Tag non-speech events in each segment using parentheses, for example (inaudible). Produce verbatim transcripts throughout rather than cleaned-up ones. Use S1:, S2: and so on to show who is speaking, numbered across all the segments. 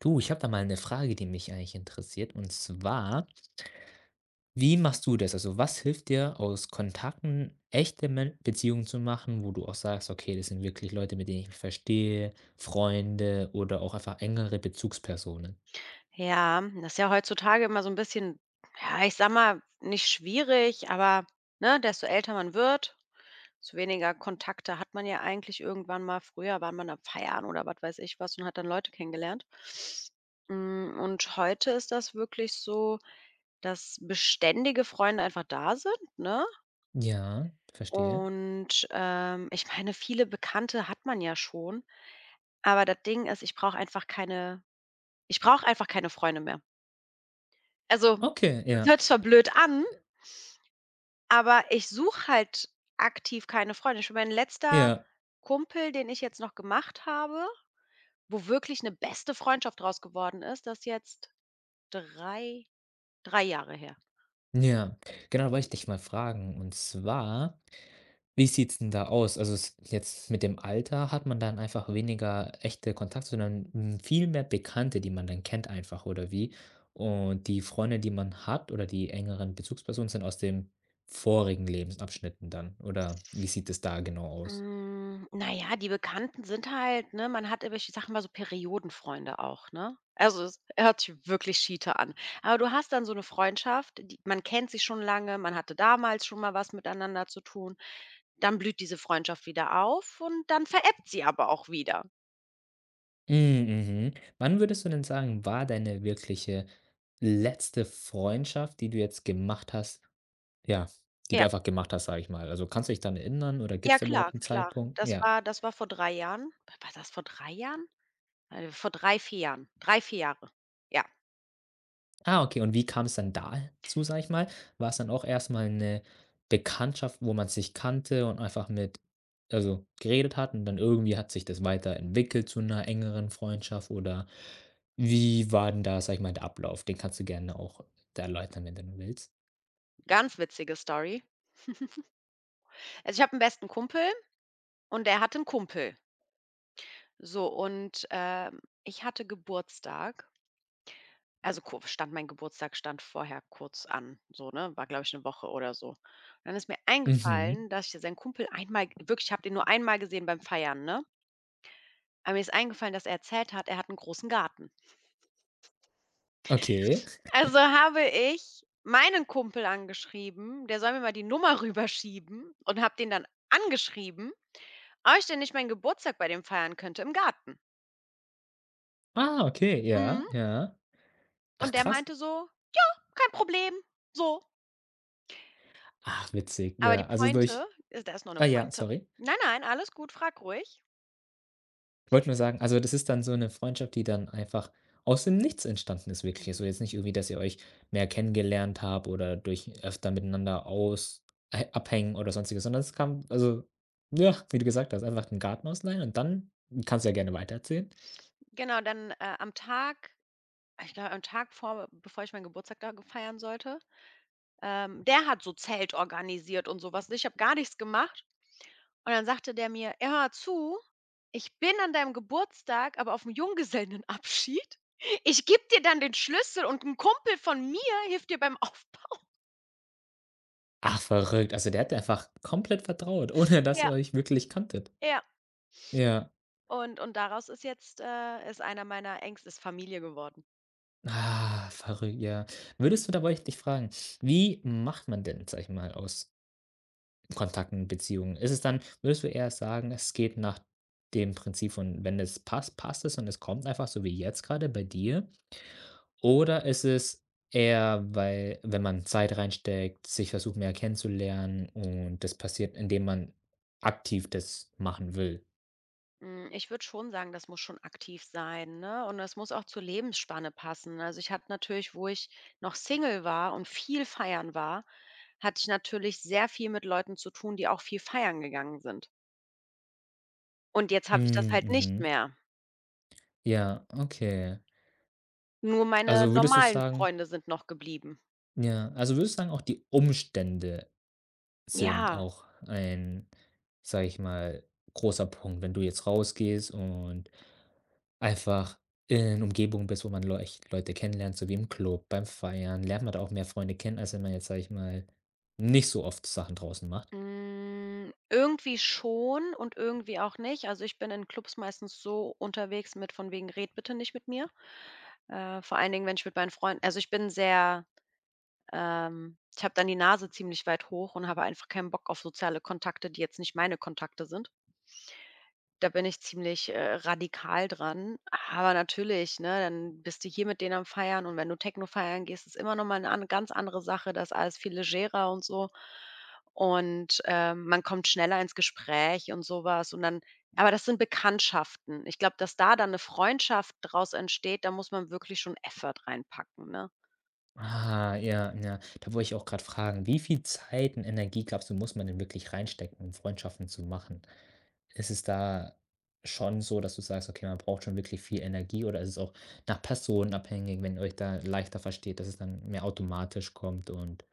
S1: Du, ich habe da mal eine Frage, die mich eigentlich interessiert, und zwar: Wie machst du das? Also, was hilft dir, aus Kontakten echte Men Beziehungen zu machen, wo du auch sagst: „Okay, das sind wirklich Leute, mit denen ich mich verstehe, Freunde oder auch einfach engere Bezugspersonen?“
S2: Ja, das ist ja heutzutage immer so ein bisschen, ja, ich sag mal, nicht schwierig, aber, ne, desto älter man wird, desto weniger Kontakte hat man ja eigentlich irgendwann mal. Früher war man am Feiern oder was weiß ich was und hat dann Leute kennengelernt. Hm, und heute ist das wirklich so, dass beständige Freunde einfach da sind, ne?
S1: Ja, verstehe.
S2: Und, ähm, ich meine, viele Bekannte hat man ja schon, aber das Ding ist, ich brauche einfach keine ich brauche einfach keine Freunde mehr. Also,
S1: Okay,
S2: das
S1: ja,
S2: hört zwar blöd an, aber ich suche halt aktiv keine Freunde. Schon mein letzter
S1: ja,
S2: Kumpel, den ich jetzt noch gemacht habe, wo wirklich 'ne beste Freundschaft draus geworden ist, das ist jetzt drei, drei Jahre her.
S1: ja. Genau, wollte ich dich mal fragen. Und zwar, wie sieht's denn da aus? Also, s jetzt mit dem Alter hat man dann einfach weniger echte Kontakte, sondern, hm, viel mehr Bekannte, die man dann kennt einfach, oder wie? Und die Freunde, die man hat, oder die engeren Bezugspersonen sind aus dem vorigen Lebensabschnitten dann, oder wie sieht es da genau aus?
S2: Hm, na ja, die Bekannten sind halt ne, man hat irgendwelche, ich sage immer so Periodenfreunde auch, ne? Also, es hört sich wirklich Schiete an. Aber du hast dann so 'ne Freundschaft, die man kennt sich schon lange, man hatte damals schon mal was miteinander zu tun. Dann blüht diese Freundschaft wieder auf und dann verebbt sie aber auch wieder.
S1: Hm, mhm. Wann würdest du denn sagen, war deine wirkliche letzte Freundschaft, die du jetzt gemacht hast, ja, die du
S2: Ja,
S1: einfach gemacht hast, sage ich mal. Also, kannst du dich dann erinnern, oder gibt
S2: ja
S1: es da
S2: klar,
S1: überhaupt einen
S2: klar.
S1: Zeitpunkt?
S2: Das
S1: Ja.
S2: war das war vor drei Jahren. War das vor drei Jahren? Äh, vor drei vier Jahren. Drei vier Jahre. Ja,
S1: Ah, okay. Und wie kam es dann dazu, sag ich mal? War es dann auch erst mal 'ne Bekanntschaft, wo man sich kannte und einfach mit, also, geredet hat und dann irgendwie hat sich das weiterentwickelt zu einer engeren Freundschaft, oder wie war denn da, sag ich mal, der Ablauf? Den kannst du gerne auch erläutern, wenn du willst.
S2: ganz witzige Story. Also, ich habe einen besten Kumpel und er hatte einen Kumpel. So und, ähm, ich hatte Geburtstag. Also, ku stand mein Geburtstag stand vorher kurz an, so, ne? War, glaube ich, eine Woche oder so. Und dann ist mir
S1: Mhm.
S2: eingefallen, dass ich ja seinen Kumpel einmal wirklich, ich habe den nur einmal gesehen beim Feiern, ne? Aber mir ist eingefallen, dass er erzählt hat, er hat einen großen Garten.
S1: Okay.
S2: Also habe ich meinen Kumpel angeschrieben, der soll mir mal die Nummer rüberschieben und habe den dann angeschrieben, ob ich denn nicht meinen Geburtstag bei dem feiern könnte im Garten.
S1: Ah, okay, ja,
S2: Mhm.
S1: ja.
S2: Und
S1: Ach
S2: der
S1: krass.
S2: meinte so: „Kein Problem", so.
S1: Ach witzig,
S2: Aber die
S1: ja. Also
S2: Pointe
S1: durch,
S2: ist da ist noch 'ne
S1: ah ja,
S2: Pointe.
S1: sorry.
S2: Nein, nein, alles gut, frag ruhig.
S1: Ich wollte nur sagen, also, das ist dann so eine Freundschaft, die dann einfach aus dem Nichts entstanden ist wirklich. So jetzt nicht irgendwie, dass ihr euch mehr kennengelernt habt oder durch öfter miteinander aus äh, abhängen oder Sonstiges, sondern es kam, also, ja, wie du gesagt hast, einfach den Garten ausleihen und dann kannst du ja gerne weitererzählen.
S2: Genau, dann, äh, am Tag ich glaube, am Tag vor bevor ich meinen Geburtstag da ge feiern sollte, ähm, der hat so Zelt organisiert und so was. Ich habe gar nichts gemacht. Und dann sagte der mir: „Ja, hör zu, ich bin an deinem Geburtstag, aber auf dem Junggesellenabschied. (laughs) Ich gebe dir dann den Schlüssel und ein Kumpel von mir hilft dir beim (laughs) Aufbau."
S1: Ach, verrückt. Also, der hat dir einfach komplett vertraut, (laughs) ohne dass
S2: Ja,
S1: ihr euch wirklich kanntet.
S2: ja.
S1: Ja.
S2: Und und daraus ist jetzt äh, ist einer meiner Ängste ist Familie geworden.
S1: Ah, verrückt, ja. Würdest du da, wollte ich dich fragen, wie macht man denn, sag ich mal, aus Kontakten, Beziehungen? Ist es dann, würdest du eher sagen, es geht nach dem Prinzip von: „Wenn es passt, passt es und es kommt einfach“, so wie jetzt gerade bei dir? Oder ist es eher, weil wenn man Zeit reinsteckt, sich versucht, mehr kennenzulernen und das passiert, indem man aktiv das machen will?
S2: Hm, ich würde schon sagen, das muss schon aktiv sein, ne? Und das muss auch zur Lebensspanne passen. Also, ich hatte natürlich, wo ich noch Single war und viel feiern war, hatte ich natürlich sehr viel mit Leuten zu tun, die auch viel feiern gegangen sind. Und jetzt habe ich das
S1: Hm,
S2: halt nicht
S1: mhm.
S2: mehr.
S1: Ja, okay.
S2: Nur meine
S1: Also, würdest du
S2: normalen
S1: sagen,
S2: Freunde sind noch geblieben.
S1: ja, also, würdest du sagen, auch die Umstände sind
S2: Ja,
S1: auch ein, sage ich mal, großer Punkt. Wenn du jetzt rausgehst und einfach in Umgebungen bist, wo man Leu echt Leute kennenlernt, so wie im Club, beim Feiern, lernt man da auch mehr Freunde kennen, als wenn man jetzt, sage ich mal, nicht so oft Sachen draußen macht.
S2: hm, irgendwie schon und irgendwie auch nicht. Also, ich bin in Clubs meistens so unterwegs mit von wegen: „Red bitte nicht mit mir." Äh, vor allen Dingen, wenn ich mit meinen Freunden also, ich bin sehr ähm, ich habe dann die Nase ziemlich weit hoch und habe einfach keinen Bock auf soziale Kontakte, die jetzt nicht meine Kontakte sind. Da bin ich ziemlich, äh, radikal dran. Aber natürlich, ne, dann bist du hier mit denen am Feiern und wenn du Techno feiern gehst, ist immer noch mal 'ne an ganz andere Sache, da ist alles viel legerer und so. Und, ähm, man kommt schneller ins Gespräch und sowas und dann aber das sind Bekanntschaften. Ich glaube, dass da dann eine Freundschaft draus entsteht, da muss man wirklich schon Effort reinpacken, ne?
S1: Ah, ja, ja. Da wollte ich auch gerade fragen, wie viel Zeit und Energie, glaubst du, muss man denn wirklich reinstecken, um Freundschaften zu machen? Ist es da schon so, dass du sagst: „Okay, man braucht schon wirklich viel Energie“, oder ist es auch nach Personen abhängig, wenn ihr euch da leichter versteht, dass es dann mehr automatisch kommt und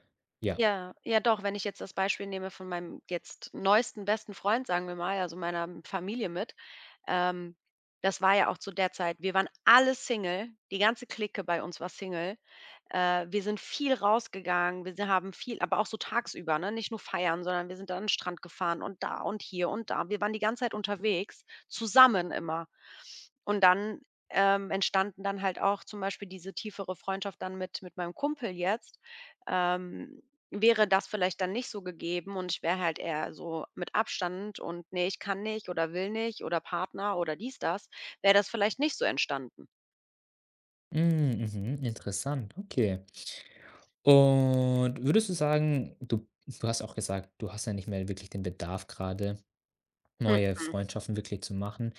S1: ja.
S2: Ja, ja doch, wenn ich jetzt das Beispiel nehme von meinem jetzt neuesten besten Freund, sagen wir mal, also meiner Familie mit, Ähm, das war ja auch zu der Zeit wir waren alle Single, die ganze Clique bei uns war Single. Äh, wir sind viel rausgegangen, wir si haben viel aber auch so tagsüber, ne, nicht nur feiern, sondern wir sind dann an den Strand gefahren und da und hier und da. Wir waren die ganze Zeit unterwegs, zusammen immer. Und dann, ähm, entstanden dann halt auch zum Beispiel diese tiefere Freundschaft dann mit mit meinem Kumpel jetzt. Ähm, wäre das vielleicht dann nicht so gegeben und ich wäre halt eher so mit Abstand und: nee ich kann nicht oder will nicht oder Partner oder dies, das", wäre das vielleicht nicht so entstanden.
S1: Hm, mhm, interessant, okay. Und würdest du sagen, du du hast auch gesagt, du hast ja nicht mehr wirklich den Bedarf gerade, neue
S2: Mm-mm.
S1: Freundschaften wirklich zu machen.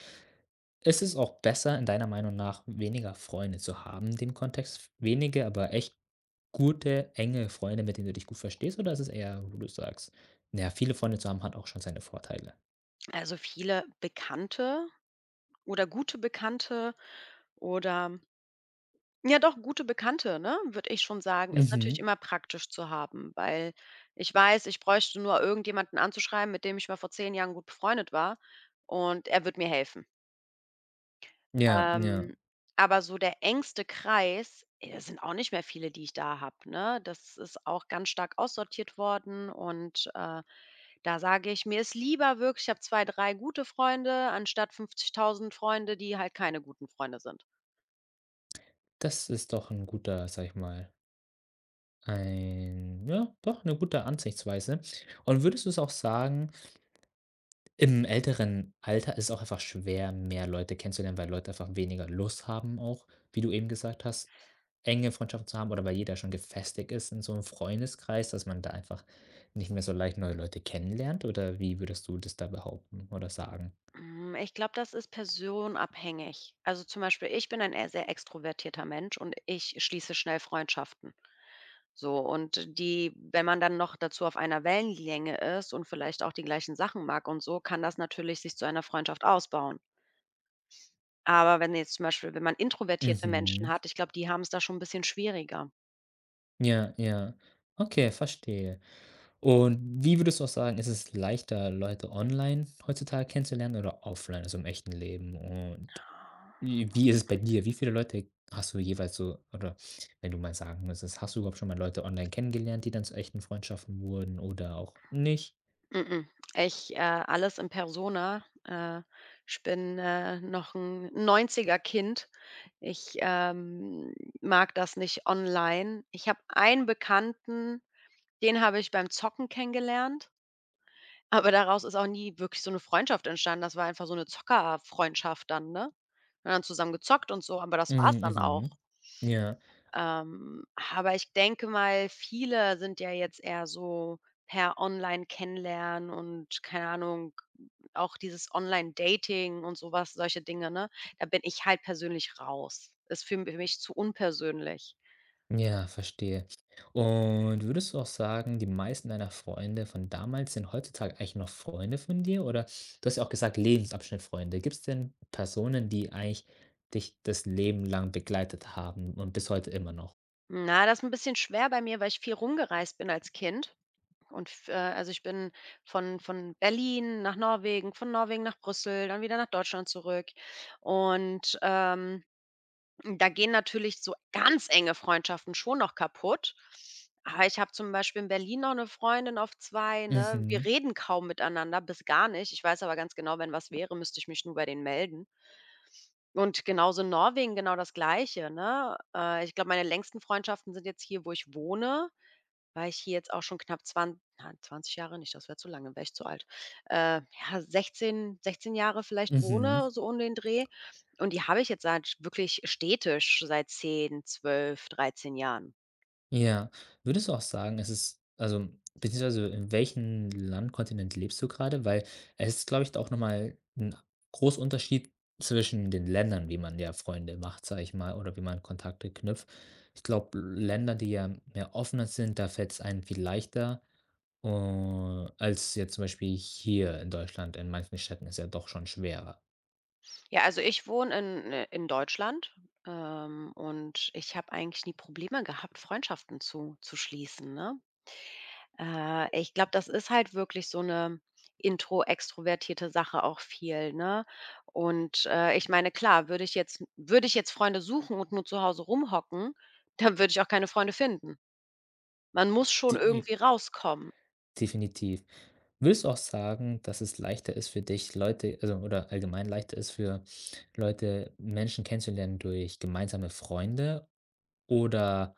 S1: Ist es auch besser, in deiner Meinung nach, weniger Freunde zu haben in dem Kontext? Wenige, aber echt gute, enge Freunde, mit denen du dich gut verstehst? Oder ist es eher, wo du sagst: „Na, viele Freunde zu haben hat auch schon seine Vorteile?“
S2: Also, viele Bekannte oder gute Bekannte oder ja doch, gute Bekannte, ne, würde ich schon sagen, ist natürlich
S1: Mhm.
S2: immer praktisch zu haben, weil ich weiß, ich bräuchte nur irgendjemanden anzuschreiben, mit dem ich mal vor zehn Jahren gut befreundet war und er wird mir helfen.
S1: Ja, ja.
S2: Ähm, aber so der engste Kreis, äh, es sind auch nicht mehr viele, die ich da habe, ne? Das ist auch ganz stark aussortiert worden und, äh, da sage ich, mir ist lieber wirklich ich habe zwei drei gute Freunde anstatt fünfzigtausend Freunde, die halt keine guten Freunde sind.
S1: Das ist doch ein guter, sage ich mal, ein, ja, doch eine gute Ansichtsweise. Und würdest du es auch sagen, im älteren Alter ist es auch einfach schwer, mehr Leute kennenzulernen, weil Leute einfach weniger Lust haben auch, wie du eben gesagt hast, enge Freundschaften zu haben, oder weil jeder schon gefestigt ist in so einem Freundeskreis, dass man da einfach nicht mehr so leicht neue Leute kennenlernt, oder wie würdest du das da behaupten oder sagen?
S2: Hm, ich glaube, das ist personabhängig. Also, zum Beispiel, ich bin ein eher sehr extrovertierter Mensch und ich schließe schnell Freundschaften. So, und die wenn man dann noch dazu auf einer Wellenlänge ist und vielleicht auch die gleichen Sachen mag und so, kann das natürlich sich zu einer Freundschaft ausbauen. Aber wenn jetzt zum Beispiel wenn man introvertierte Menschen
S1: Mhm.
S2: hat, ich glaube, die haben es da schon ein bisschen schwieriger.
S1: Ja, ja. Okay, verstehe. Und wie würdest du auch sagen, ist es leichter, Leute online heutzutage kennenzulernen oder offline, also im echten Leben und Wie wie ist es bei dir? Wie viele Leute hast du jeweils so, oder wenn du mal sagen müsstest, hast du überhaupt schon mal Leute online kennengelernt, die dann zu echten Freundschaften wurden oder auch nicht?
S2: Mm-mm. Ich, äh, alles in Persona. Äh, ich bin, äh, noch ein neunziger-Kind. Ich, ähm, mag das nicht online. Ich habe einen Bekannten, den habe ich beim Zocken kennengelernt, aber daraus ist auch nie wirklich so eine Freundschaft entstanden. Das war einfach so eine Zockerfreundschaft dann, ne? Wir haben dann zusammen gezockt und so, aber das war's
S1: Mhm,
S2: dann auch.
S1: mhm. Ja,
S2: Ähm, aber ich denke mal, viele sind ja jetzt eher so per Online kennenlernen und keine Ahnung, auch dieses Online-Dating und sowas solche Dinge, ne? Da bin ich halt persönlich raus. Ist für für mich zu unpersönlich.
S1: ja, verstehe. Und würdest du auch sagen, die meisten deiner Freunde von damals sind heutzutage eigentlich noch Freunde von dir? Oder du hast ja auch gesagt, Lebensabschnittfreunde. Gibt es denn Personen, die eigentlich dich das Leben lang begleitet haben und bis heute immer noch?
S2: Na, das ist ein bisschen schwer bei mir, weil ich viel rumgereist bin als Kind und f äh, also, ich bin von von Berlin nach Norwegen, von Norwegen nach Brüssel, dann wieder nach Deutschland zurück und, ähm da gehen natürlich so ganz enge Freundschaften schon noch kaputt. Aber ich habe zum Beispiel in Berlin noch eine Freundin auf zwei, ne? Wir
S1: Mhm,
S2: reden kaum miteinander, bis gar nicht. Ich weiß aber ganz genau, wenn was wäre, müsste ich mich nur bei denen melden. Und genauso in Norwegen genau das Gleiche, ne? Äh, ich glaube, meine längsten Freundschaften sind jetzt hier, wo ich wohne war ich hier jetzt auch schon knapp zwanzig na, zwanzig Jahre nicht, das wäre zu lange, wäre ich zu alt. Äh, ja, sechzehn, sechzehn Jahre vielleicht
S1: mhm.
S2: wohne, so um den Dreh. Und die habe ich jetzt seit wirklich stetisch seit zehn, zwölf, dreizehn Jahren.
S1: Ja. Würdest du auch sagen, es ist, also, beziehungsweise in welchem Land, Kontinent lebst du gerade? Weil es ist, glaube ich, auch nochmal ein 'n großer Unterschied zwischen den Ländern, wie man ja Freunde macht, sage ich mal, oder wie man Kontakte knüpft. Ich glaube, Länder, die ja mehr offener sind, da fällt es einem viel leichter, äh, als jetzt zum Beispiel hier in Deutschland. In manchen Städten ist ja doch schon schwerer.
S2: Ja, also ich wohne in, äh, in Deutschland, ähm, und ich habe eigentlich nie Probleme gehabt, Freundschaften zu, zu schließen, ne? Äh, ich glaube, das ist halt wirklich so eine intro extrovertierte Sache auch viel, ne? Und, äh, ich meine, klar, würde ich jetzt würde ich jetzt Freunde suchen und nur zu Hause rumhocken, dann würde ich auch keine Freunde finden. Man muss schon
S1: Die,
S2: irgendwie rauskommen.
S1: definitiv. Willst du auch sagen, dass es leichter ist für dich, Leute, also, oder allgemein leichter ist für Leute, Menschen kennenzulernen durch gemeinsame Freunde oder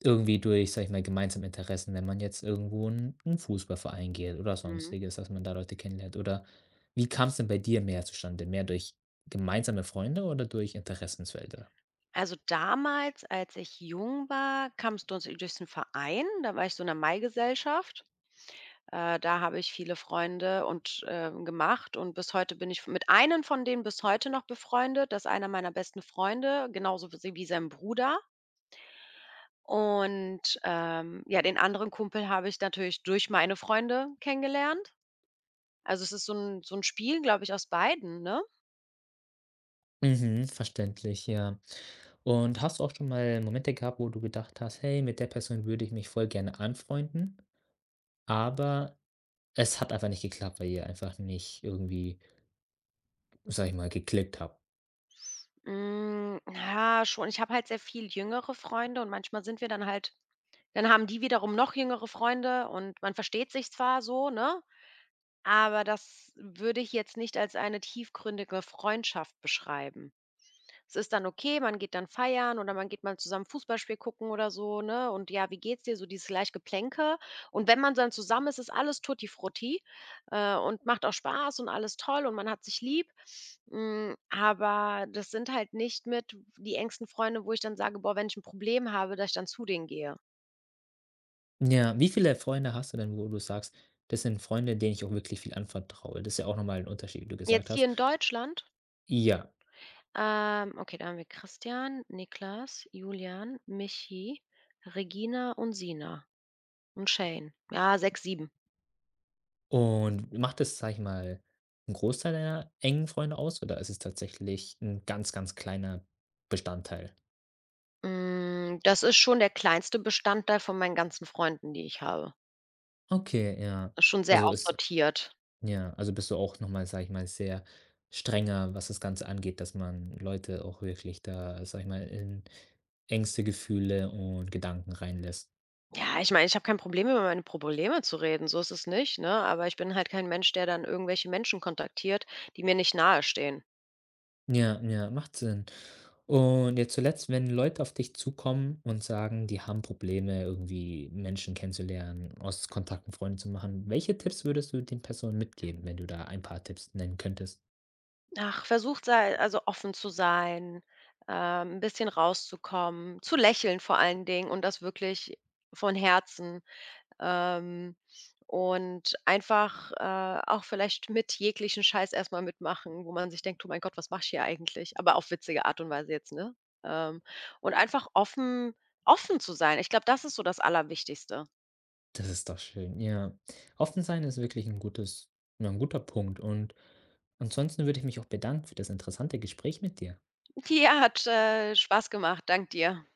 S1: irgendwie durch, sag ich mal, gemeinsame Interessen, wenn man jetzt irgendwo in einen Fußballverein geht oder
S2: Mhm.
S1: Sonstiges, dass man da Leute kennenlernt? Oder wie kam es denn bei dir mehr zustande? Mehr durch gemeinsame Freunde oder durch Interessensfelder?
S2: Also, damals, als ich jung war, kamst du uns durch 'n Verein, da war ich so in 'ner Mai-Gesellschaft. Äh, da habe ich viele Freunde und, ähm, gemacht und bis heute bin ich mit einem von denen bis heute noch befreundet. Das ist einer meiner besten Freunde, genauso wie wie sein Bruder. Und, ähm, ja, den anderen Kumpel habe ich natürlich durch meine Freunde kennengelernt. Also, es ist so ein so 'n Spiel, glaube ich, aus beiden, ne?
S1: Mhm, verständlich, ja. Und hast du auch schon mal Momente gehabt, wo du gedacht hast: „Hey, mit der Person würde ich mich voll gerne anfreunden“, aber es hat einfach nicht geklappt, weil ihr einfach nicht irgendwie, sage ich mal, geklickt habt?
S2: Hm, ja, schon. Ich habe halt sehr viel jüngere Freunde und manchmal sind wir dann halt dann haben die wiederum noch jüngere Freunde und man versteht sich zwar so, ne? Aber das würde ich jetzt nicht als eine tiefgründige Freundschaft beschreiben. Es ist dann okay, man geht dann feiern oder man geht mal zusammen Fußballspiel gucken oder so, ne? Und ja, wie geht's dir? So dieses leicht Geplänke. Und wenn man dann zusammen ist, ist alles Tutti Frutti äh, und macht auch Spaß und alles toll und man hat sich lieb. Mm, aber das sind halt nicht mit die engsten Freunde, wo ich dann sage, boah, wenn ich ein Problem habe, dass ich dann zu denen gehe.
S1: Ja, wie viele Freunde hast du denn, wo du sagst: „Das sind Freunde, denen ich auch wirklich viel anvertraue?“ Das ist ja auch noch mal 'n Unterschied, wie du gesagt
S2: Jetzt hier
S1: hast.
S2: in Deutschland.
S1: Ja,
S2: Ähm, okay, da haben wir Christian, Niklas, Julian, Michi, Regina und Sina und Shane. Ja, sechs, sieben.
S1: und macht das, sage ich mal, 'n Großteil deiner engen Freunde aus, oder ist es tatsächlich ein ganz, ganz kleiner Bestandteil?
S2: Hm, das ist schon der kleinste Bestandteil von meinen ganzen Freunden, die ich habe.
S1: Okay, ja.
S2: Ist schon sehr
S1: Also, ist,
S2: aussortiert.
S1: ja, also bist du auch noch mal, sage ich mal, sehr strenger, was das Ganze angeht, dass man Leute auch wirklich da, sage ich mal, in Ängste, Gefühle und Gedanken reinlässt.
S2: Ja, ich meine, ich habe kein Problem, über meine Probleme zu reden, so ist es nicht, ne? Aber ich bin halt kein Mensch, der dann irgendwelche Menschen kontaktiert, die mir nicht nahestehen.
S1: Ja, ja, macht Sinn. Und jetzt zuletzt, wenn Leute auf dich zukommen und sagen, die haben Probleme, irgendwie Menschen kennenzulernen, aus Kontakten Freunde zu machen, welche Tipps würdest du den Personen mitgeben, wenn du da ein paar Tipps nennen könntest?
S2: Ach, versucht sei also offen zu sein, ähm, 'n bisschen rauszukommen, zu lächeln vor allen Dingen und das wirklich von Herzen, ähm, und einfach, äh, auch vielleicht mit jeglichen Scheiß erstmal mitmachen, wo man sich denkt: oh mein Gott, was mach ich hier eigentlich?" Aber auf witzige Art und Weise jetzt, ne? Ähm, und einfach offen offen zu sein. Ich glaube, das ist so das Allerwichtigste.
S1: Das ist doch schön, ja. Offen sein ist wirklich ein gutes, ja, 'n guter Punkt und ansonsten würde ich mich auch bedanken für das interessante Gespräch mit dir.
S2: (laughs) Ja, hat, äh, Spaß gemacht. Dank dir.